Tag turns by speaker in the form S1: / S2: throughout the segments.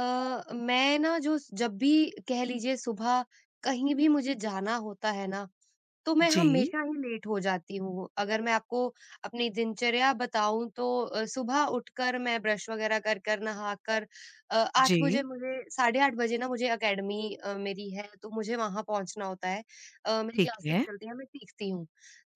S1: अ, मैं ना जो जब भी कह लीजिए सुबह कहीं भी मुझे जाना होता है ना तो मैं
S2: जी,
S1: हमेशा ही लेट हो जाती हूँ। अगर मैं आपको अपनी दिनचर्या बताऊँ तो सुबह उठकर मैं ब्रश वगैरह कर कर, नहाकर 8 बजे
S2: जी,
S1: मुझे 8:30 बजे ना मुझे अकेडमी मेरी है तो मुझे वहाँ पहुँचना होता है। मेरी
S2: ठीक
S1: क्लासेस
S2: है।
S1: चलती हैं, मैं सीखती हूँ।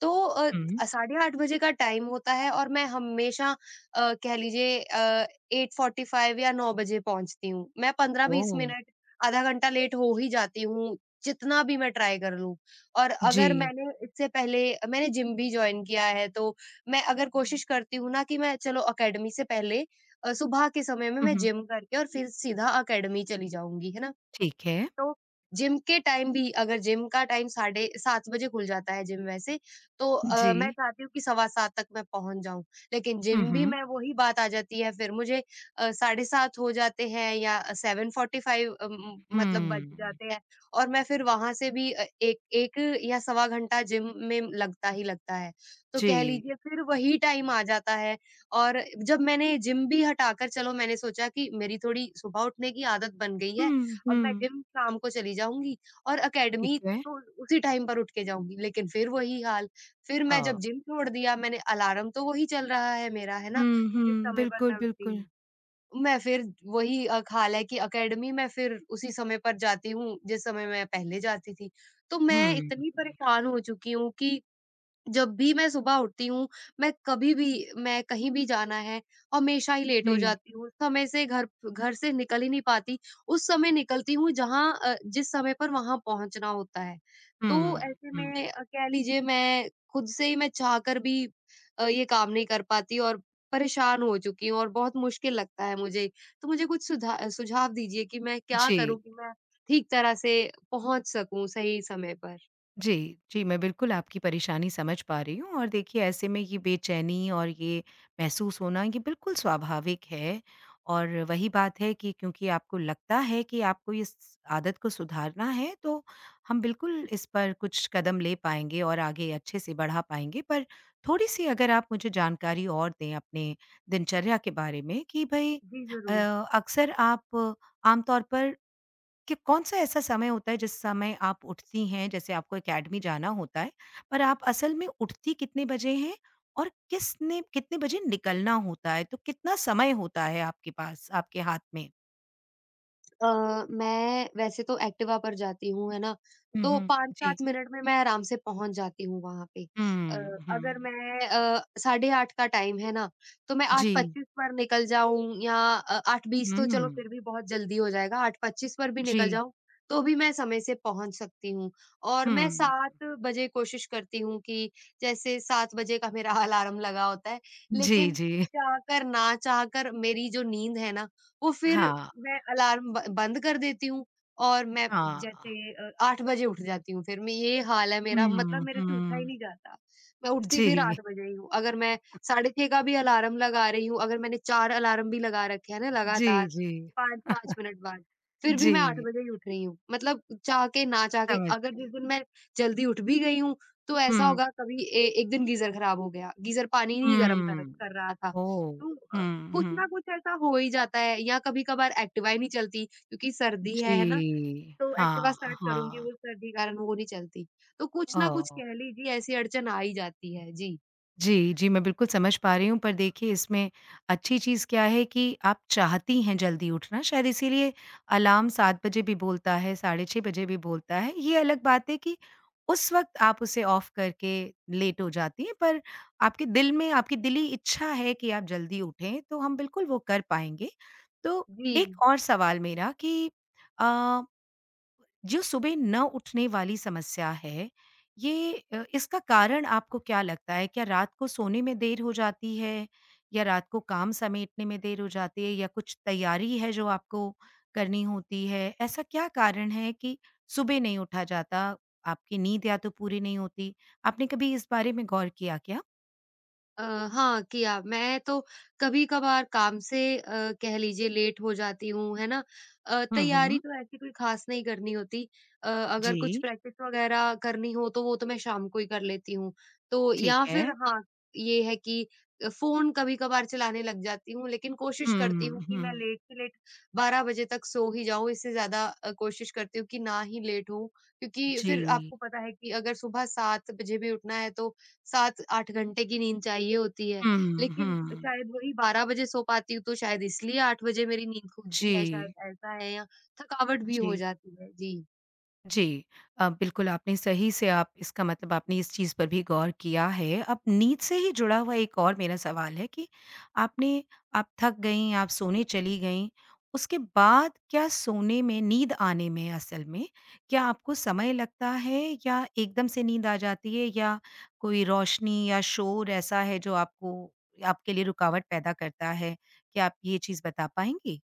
S1: तो
S2: हुँ।
S1: 8:30 बजे का टाइम होता है और मैं हमेशा कह लीजिए 8:45 या 9 बजे पहुँचती हूँ। मैं 15-20
S2: ओह!
S1: मिनट, आधा घंटा लेट हो ही जाती हूँ, जितना भी मैं ट्राई कर लूँ। और
S2: जी।
S1: अगर मैंने इससे पहले मैंने जिम भी जॉइन किया है, तो मैं अगर कोशिश करती हूँ ना कि मैं चलो अकेडमी से पहले सुबह के समय में
S2: हुँ,
S1: मैं
S2: हुँ।
S1: जिम करके और फिर सीधा अकेडमी चली जाऊँगी, है ना?
S2: ठीक है।
S1: तो जिम के टाइम भी अगर जिम का टाइम साढ़े 7 बजे खुल जाता है जिम वैसे, तो
S2: जी।
S1: मैं चाहती हूँ कि सवा 7 तक मैं पहुँच जाऊँ। लेकिन
S2: हुँ,
S1: जिम भी
S2: हुँ।
S1: मैं वही बात आ जाती है फिर मुझे साढ़े 7 हो जाते हैं या 7:45 अ, म मतलब बज
S2: हुँ।
S1: जाते हैं और मैं फिर वहाँ से भी एक 1 या सवा घंटा जिम में लगता ही लगता है। तो कह
S2: जी।
S1: लीजिए फिर वही टाइम आ जाता है और जब मैंने जिम भी हटाकर चलो मैंने सोचा कि मेरी थोड़ी सुबह उठने की आदत बन गई है,
S2: हुँ,
S1: और मैं
S2: हुँ।
S1: जिम शाम को चली जाऊँगी और अकेडमी
S2: ठीक है।
S1: तो उसी टाइम पर उठ के जाऊँगी। लेकिन फिर वही हाल, फिर
S2: अ
S1: मैं जब जिम छोड़ दिया मैंने अलार्म तो वही चल रहा है मेरा, है ना?
S2: हुँ,
S1: जिस
S2: हुँ।
S1: समय पर
S2: बिल्कुल,
S1: मैं उठती
S2: बिल्कुल।
S1: हूँ। मैं फिर वही हाल है कि अकेडमी में फिर उसी समय पर जाती हूँ, जिस समय मैं पहले जाती थी। तो मैं
S2: हुँ।
S1: इतनी परेशान हो चुकी हूँ कि जब भी मैं सुबह उठती हूँ, मैं कभी भी मैं कहीं भी जाना है, हमेशा ही लेट हो
S2: जी।
S1: जाती हूँ। समय से घर घर से निकल ही नहीं पाती। उस समय निकलती हूँ जिस समय पर वहाँ पहुँचना होता है। तो
S2: हुँ,
S1: ऐसे में
S2: हुँ।
S1: कह लीजिए मैं खुद से ही मैं चाहकर भी ये काम नहीं कर पाती और परेशान हो चुकी हूँ और बहुत मुश्किल लगता है मुझे। तो मुझे कुछ सुधा सुझाव दीजिए कि मैं क्या
S2: जी।
S1: करूँ कि मैं ठीक तरह से पहुँच सकूँ सही समय पर?
S2: जी, जी, मैं बिल्कुल आपकी परेशानी समझ पा रही हूँ और देखिए ऐसे में ये बेचैनी और ये महसूस होना ये बिल्कुल स्वाभाविक है और वही बात है कि क्योंकि आपको लगता है कि आपको इस आदत को सुधारना है, तो हम बिल्कुल इस पर कुछ कदम ले पाएँगे और आगे अच्छे से बढ़ा पाएँगे। पर थोड़ी-सी अगर आप मुझे जानकारी और दें अपने दिनचर्या के बारे में कि भई
S1: जी, ज़रूर।
S2: अक्सर आप आमतौर पर कि कौन-सा ऐसा समय होता है जिस समय आप उठती हैं, जैसे आपको एकेडमी जाना होता है, पर आप असल में उठती कितने बजे हैं और किसने कितने बजे निकलना होता है? तो कितना समय होता है आपके पास, आपके हाथ में?
S1: मैं वैसे तो एक्टिवा पर जाती हूँ, है ना?
S2: हुँ,
S1: तो
S2: हुँ।
S1: 5-7
S2: जी।
S1: मिनट में मैं आराम से पहुँच जाती हूँ वहाँ पे। अ,
S2: हुँ,
S1: अगर
S2: हुँ।
S1: मैं साढ़े 8 का टाइम है ना, तो मैं
S2: जी।
S1: 8:25 पर निकल जाऊँ या 8:20 तो चलो
S2: हुँ।
S1: फिर भी बहुत जल्दी हो जाएगा, 8:25 पर भी
S2: जी।
S1: निकल जाऊँ, तो भी मैं समय से पहुँच सकती हूँ। और मैं
S2: हुँ।
S1: 7 बजे कोशिश करती हूँ कि जैसे 7 बजे का मेरा अलार्म लगा होता है,
S2: जी,
S1: लेकिन
S2: जी।
S1: चाह कर ना चाह कर मेरी जो नींद है ना, वो फिर
S2: हाँ,
S1: मैं अलार्म ब बंद कर देती हूँ और मैं
S2: हाँ।
S1: जैसे 8 बजे उठ जाती हूँ फिर मैं ये हाल है मेरा मतलब
S2: हुँ,
S1: मेरे से उठा ही
S2: हुँ।
S1: नहीं जाता। मैं उठती फिर
S2: जी।
S1: 8 बजे ही हूँ। अगर मैं साढ़े 6 का भी अलार्म लगा रही हूँ, अगर मैंने 4 अलार्म भी लगा रखे हैं ना
S2: जी,
S1: लगातार
S2: जी।
S1: 5-5 मिनट बाद, फिर भी मैं 8
S2: जी,
S1: बजे ही उठ रही हूँ। मतलब चाह के ना चाह के
S2: समझ
S1: अगर जिस
S2: गई।
S1: दिन मैं जल्दी उठ भी गई हूँ, तो ऐसा
S2: हुँ,
S1: होगा कभी ए एक दिन गीज़र खराब हो गया, गीज़र पानी नहीं गरम कर
S2: हुँ।
S1: कर रहा था।
S2: ओह!
S1: तो
S2: हुँ,
S1: कुछ ना
S2: हुँ।
S1: कुछ ऐसा हो ही जाता है या कभी-कभार एक्टिवा ही नहीं चलती क्योंकि सर्दी
S2: जी,
S1: है ना? तो एक्टिवा
S2: हाँ,
S1: स्टार्ट करूँगी
S2: हाँ।
S1: वो सर्दी के कारण वो नहीं चलती। तो कुछ ना कुछ
S2: ओह!
S1: कह लीजिए ऐसी अड़चन आ ही जाती है। जी।
S2: जी, जी, मैं बिल्कुल समझ पा रही हूँ पर देखिए इसमें अच्छी चीज़ क्या है कि आप चाहती हैं जल्दी उठना, शायद इसीलिए अलार्म 7 बजे भी बोलता है, साढ़े 6 बजे भी बोलता है। ये अलग बात है कि उस वक़्त आप उसे ऑफ करके लेट हो जाती हैं, पर आपके दिल में आपकी दिली इच्छा है कि आप जल्दी उठें, तो हम बिल्कुल वो कर पाएँगे। तो
S1: जी।
S2: एक और सवाल मेरा कि अ जो सुबह न उठने वाली समस्या है, ये इसका कारण आपको क्या लगता है? क्या रात को सोने में देर हो जाती है या रात को काम समेटने में देर हो जाती है या कुछ तैयारी है जो आपको करनी होती है? ऐसा क्या कारण है कि सुबह नहीं उठा जाता, आपकी नींद या तो पूरी नहीं होती? आपने कभी इस बारे में गौर किया क्या?
S1: अ, हाँ, किया। मैं तो कभी-कभार काम से कह लीजिए लेट हो जाती हूँ, है ना?
S2: हुँ,
S1: तैयारी
S2: हुँ।
S1: तो ऐसी कोई ख़ास नहीं करनी होती। अगर कुछ
S2: जी,
S1: प्रैक्टिस वग़ैरह करनी हो तो वो तो मैं शाम को ही कर लेती हूँ। तो
S2: ठीक
S1: या
S2: है।
S1: फिर हाँ, ये है कि फ़ोन कभी-कभार चलाने लग जाती हूँ लेकिन कोशिश करती हूँ
S2: हुँ,
S1: कि मैं
S2: हुँ,
S1: लेट से लेट 12 बजे तक सो ही जाऊँ। इससे ज़्यादा कोशिश करती हूँ कि ना ही लेट होऊँ क्योंकि फिर
S2: जी।
S1: आपको पता है कि अगर सुबह 7 बजे भी उठना है तो 7-8 घंटे की नींद चाहिए होती है,
S2: हुँ,
S1: लेकिन
S2: हुँ।
S1: शायद वही 12 बजे सो पाती हूँ, तो शायद इसलिए 8 बजे मेरी नींद खुलती है, शायद
S2: जी,
S1: ऐसा है या थकावट भी हो
S2: जी।
S1: जाती है। जी।
S2: जी। बिल्कुल आपने सही से आप इसका मतलब आपने इस चीज़ पर भी गौर किया है। अब नींद से ही जुड़ा हुआ एक और मेरा सवाल है कि आपने आप थक गईं, आप सोने चली गईं, उसके बाद क्या सोने में नींद आने में असल में क्या आपको समय लगता है या एकदम से नींद आ जाती है या कोई रोशनी या शोर ऐसा है जो आपको आपके लिए रुकावट पैदा करता है? क्या आप ये चीज़ बता पाएँगी?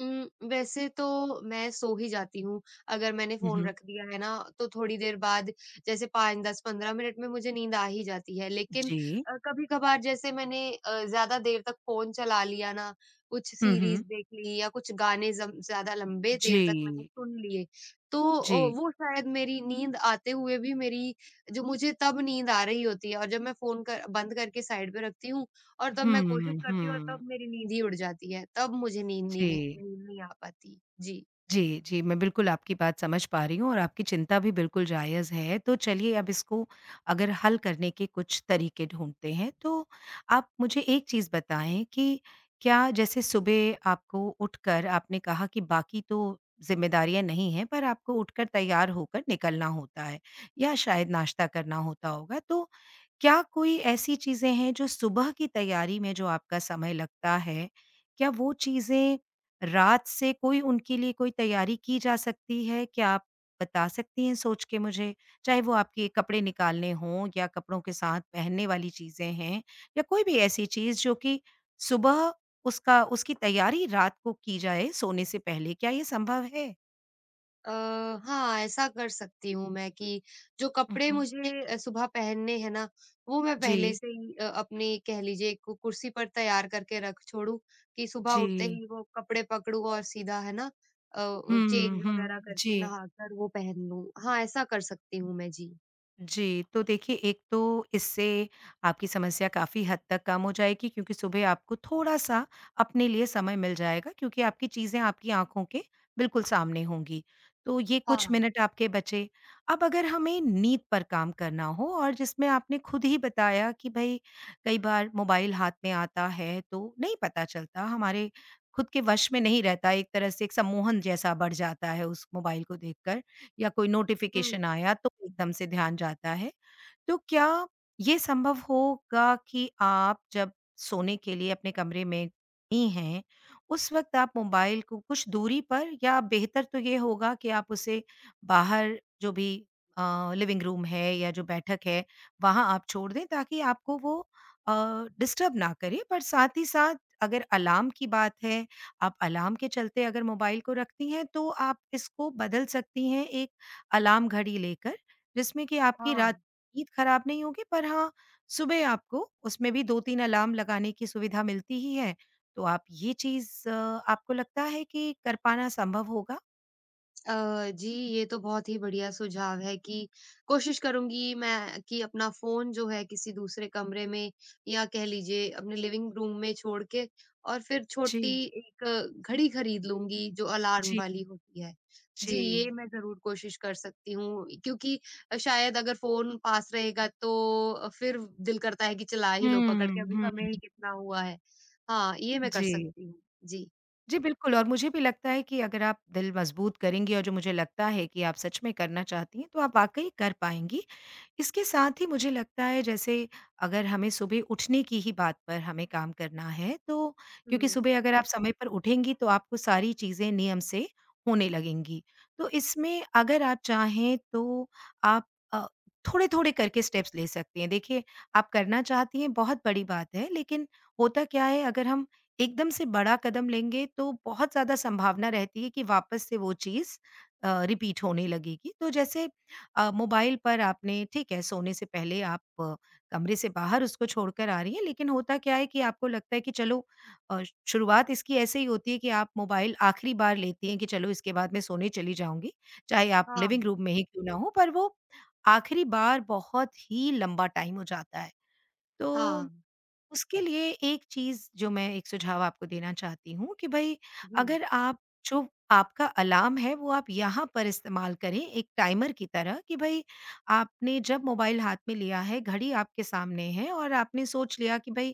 S1: वैसे तो मैं सो ही जाती हूँ, अगर मैंने
S2: हुँ,
S1: फ़ोन
S2: हुँ।
S1: रख दिया है ना, तो थोड़ी देर बाद जैसे 5, 10, 15 मिनट में मुझे नींद आ ही जाती है। लेकिन
S2: जी।
S1: कभी-कभार जैसे मैंने ज़्यादा देर तक फ़ोन चला लिया ना, कुछ
S2: हुँ,
S1: सीरीज़
S2: हुँ।
S1: देख ली या कुछ गाने ज़म ज़्यादा लंबे देर तक मैंने
S2: जी,
S1: सुन लिए, तो
S2: जी।
S1: वो शायद मेरी नींद आते हुए भी मेरी जो मुझे तब नींद आ रही होती है और जब मैं फ़ोन कर बंद करके साइड पे रखती हूँ, और तब मैं कोशिश
S2: हुँ,
S1: करती हूँ और
S2: हुँ,
S1: तब मेरी नींद ही उड़ जाती है, तब मुझे नींद नी नहीं
S2: जी।
S1: नींद नहीं आ पाती। जी।
S2: जी, जी। मैं बिल्कुल आपकी बात समझ पा रही हूँ और आपकी चिंता भी बिल्कुल जायज़ है। तो चलिए अब इसको अगर हल करने के कुछ तरीके ढूँढते हैं। तो आप मुझे एक चीज़ बताएँ कि क्या जैसे सुबह आपको उठकर आपने कहा कि बाकी तो ज़िम्मेदारियाँ नहीं हैं, पर आपको उठकर तैयार होकर निकलना होता है या शायद नाश्ता करना होता होगा। तो क्या कोई ऐसी चीज़ें हैं जो सुबह की तैयारी में जो आपका समय लगता है, क्या वो चीज़ें रात से कोई उनके लिए कोई तैयारी की जा सकती है? क्या आप बता सकती हैं सोच के मुझे? चाहे वो आपके कपड़े निकालने हों या कपड़ों के साथ पहनने वाली चीज़ें हैं या कोई भी ऐसी चीज़ जो कि सुबह उसका उसकी तैयारी रात को की जाए सोने से पहले, क्या ये संभव है?
S1: अ, हाँ, ऐसा कर सकती हूँ मैं कि जो
S2: हुँ,
S1: कपड़े
S2: हुँ।
S1: मुझे सुबह पहनने हैं ना, वो मैं पहले
S2: जी,
S1: से ही अपनी कह लीजिए कु कुर्सी पर तैयार करके रख छोड़ूँ कि सुबह उठते
S2: जी।
S1: ही वो कपड़े पकड़ूँ और सीधा है ना अ, चेंज
S2: हुँ, हुँ,
S1: वगैरह
S2: जी।
S1: करके नहाकर वो पहन लूँ। हाँ, ऐसा कर सकती हूँ मैं जी।
S2: जी, तो देखिए एक तो इससे आपकी समस्या काफ़ी हद तक कम हो जाएगी क्योंकि सुबह आपको थोड़ा-सा अपने लिए समय मिल जाएगा क्योंकि आपकी चीज़ें आपकी आँखों के बिल्कुल सामने होंगी। तो ये कुछ
S1: हाँ।
S2: मिनट आपके बचे। अब अगर हमें नींद पर काम करना हो और जिसमें आपने खुद ही बताया कि भई कई बार मोबाइल हाथ में आता है तो नहीं पता चलता, हमारे खुद के वश में नहीं रहता, एक तरह से एक सम्मोहन जैसा बढ़ जाता है उस मोबाइल को देखकर। या कोई
S1: हुँ।
S2: नोटिफ़िकेशन आया तो एकदम से ध्यान जाता है। तो क्या ये संभव होगा कि आप जब सोने के लिए अपने कमरे में ही हैं, उस वक़्त आप मोबाइल को कुछ दूरी पर या बेहतर तो ये होगा कि आप उसे बाहर जो भी लिविंग रूम है या जो बैठक है, वहाँ आप छोड़ दें ताकि आपको वो अ, डिस्टर्ब ना करे। पर साथ ही साथ अगर अलार्म की बात है, आप अलार्म के चलते अगर मोबाइल को रखती हैं, तो आप इसको बदल सकती हैं एक अलार्म घड़ी लेकर, जिसमें कि आपकी
S1: हाँ।
S2: रात की नींद खराब नहीं होगी पर हाँ, सुबह आपको उसमें भी 2-3 अलार्म लगाने की सुविधा मिलती ही है। तो आप ये चीज़ आपको लगता है कि कर पाना संभव होगा?
S1: जी, ये तो बहुत ही बढ़िया सुझाव है कि कोशिश करूँगी मैं कि अपना फ़ोन जो है किसी दूसरे कमरे में या कह लीजिए अपने लिविंग रूम में छोड़ के और फिर छोटी
S2: जी,
S1: एक घड़ी खरीद लूँगी जो अलार्म
S2: जी,
S1: वाली होती है। जी, ये
S2: जी।
S1: मैं ज़रूर कोशिश कर सकती हूँ क्योंकि शायद अगर फ़ोन पास रहेगा तो फिर दिल करता है कि चला ही लो पकड़
S2: हुँ,
S1: के, अभी
S2: हुँ।
S1: समय ही कितना हुआ है। हाँ, ये मैं कर
S2: जी।
S1: सकती हूँ। जी।
S2: जी, बिल्कुल और मुझे भी लगता है कि अगर आप दिल मजबूत करेंगी और जो मुझे लगता है कि आप सच में करना चाहती हैं, तो आप वाक़ई कर पाएँगी। इसके साथ ही मुझे लगता है जैसे अगर हमें सुबह उठने की ही बात पर हमें काम करना है तो क्योंकि
S1: हुँ।
S2: सुबह अगर आप समय पर उठेंगी तो आपको सारी चीज़ें नियम से होने लगेंगी। तो इसमें अगर आप चाहें तो आप अ, थोड़े-थोड़े करके स्टेप्स ले सकती हैं। देखिए, आप करना चाहती हैं बहुत बड़ी बात है लेकिन होता क्या है अगर हम एकदम से बड़ा कदम लेंगे तो बहुत ज़्यादा संभावना रहती है कि वापस से वो चीज़ रिपीट होने लगेगी। तो जैसे मोबाइल पर आपने ठीक है सोने से पहले आप कमरे से बाहर उसको छोड़कर आ रही हैं, लेकिन होता क्या है कि आपको लगता है कि चलो अ, शुरुआत इसकी ऐसे ही होती है कि आप मोबाइल आखिरी बार लेती हैं कि चलो इसके बाद मैं सोने चली जाऊँगी, चाहे आप लिविंग
S1: हाँ,
S2: रूम में ही क्यों ना हो, पर वो आखिरी बार बहुत ही लंबा टाइम हो जाता है। तो
S1: हाँ।
S2: उसके लिए एक चीज़ जो मैं एक सुझाव आपको देना चाहती हूँ कि भई
S1: जी।
S2: अगर आप जो आपका अलार्म है वो आप यहाँ पर इस्तेमाल करें एक टाइमर की तरह कि भई आपने जब मोबाइल हाथ में लिया है, घड़ी आपके सामने है और आपने सोच लिया कि भई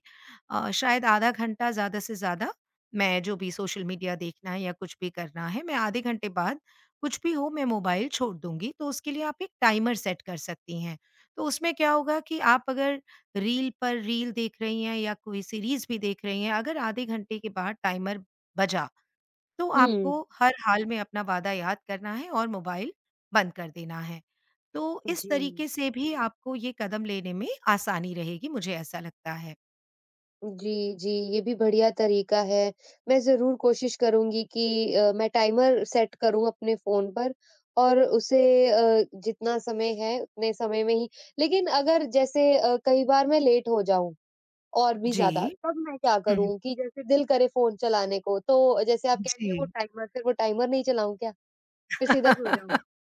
S2: शायद आधा घंटा ज़्यादा से ज़्यादा मैं जो भी सोशल मीडिया देखना है या कुछ भी करना है, मैं आधे घंटे बाद कुछ भी हो मैं मोबाइल छोड़ दूँगी। तो उसके लिए आप एक टाइमर सेट कर सकती हैं। तो उसमें क्या होगा कि आप अगर रील पर रील देख रही हैं या कोई सीरीज़ भी देख रही हैं, अगर आधे घंटे के बाद टाइमर बजा, तो
S1: हुँ।
S2: आपको हर हाल में अपना वादा याद करना है और मोबाइल बंद कर देना है। तो इस
S1: जी।
S2: तरीके से भी आपको ये कदम लेने में आसानी रहेगी, मुझे ऐसा लगता है।
S1: जी, जी, ये भी बढ़िया तरीका है। मैं ज़रूर कोशिश करूँगी कि मैं टाइमर सेट करूँ अपने फ़ोन पर और उसे जितना समय है उतने समय में ही लेकिन अगर जैसे कई बार मैं लेट हो जाऊँ और भी ज़्यादा,
S2: जी।
S1: तब मैं क्या
S2: हुँ, हुँ।
S1: करूँ कि जैसे दिल करे फ़ोन चलाने को तो जैसे आप कह रही
S2: जी।
S1: हैं वो टाइमर, फिर वो टाइमर नहीं चलाऊँ क्या? फिर सीधा सो जाऊँ?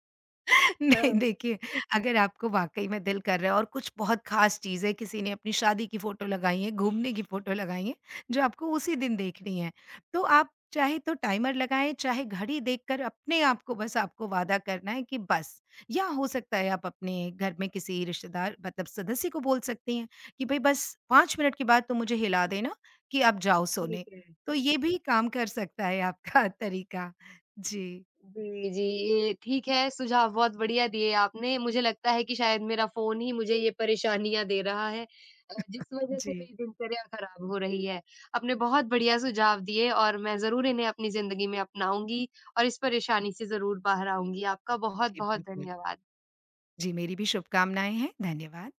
S2: नहीं
S1: हाँ,
S2: देखिए, अगर आपको वाक़ई में दिल कर रहा है और कुछ बहुत ख़ास चीज़ है, किसी ने अपनी शादी की फ़ोटो लगाई है, घूमने की फ़ोटो लगाई है, जो आपको उसी दिन देखनी है, तो आप चाहे तो टाइमर लगाएँ, चाहे घड़ी देखकर अपने आप को बस आपको वादा करना है कि बस या हो सकता है आप अपने घर में किसी रिश्तेदार मतलब सदस्य को बोल सकती हैं कि भई बस 5 मिनट के बाद तुम मुझे हिला देना कि अब जाओ
S1: ठीक
S2: सोने।
S1: है।
S2: तो ये भी काम कर सकता है आपका तरीका। जी,
S1: जी, जी। ये ठीक है, सुझाव बहुत बढ़िया दिए आपने। मुझे लगता है कि शायद मेरा फ़ोन ही मुझे ये परेशानियाँ दे रहा है जिस वज़ह से
S2: जी।
S1: मेरी दिनचर्या खराब हो रही है। आपने बहुत बढ़िया सुझाव दिए और मैं ज़रूर इन्हें अपनी ज़िंदगी में अपनाऊँगी और इस परेशानी से ज़रूर बाहर आऊँगी। आपका
S2: जी,
S1: बहुत-बहुत
S2: बिल्कुल।
S1: धन्यवाद।
S2: जी, मेरी भी शुभकामनाएँ हैं। धन्यवाद।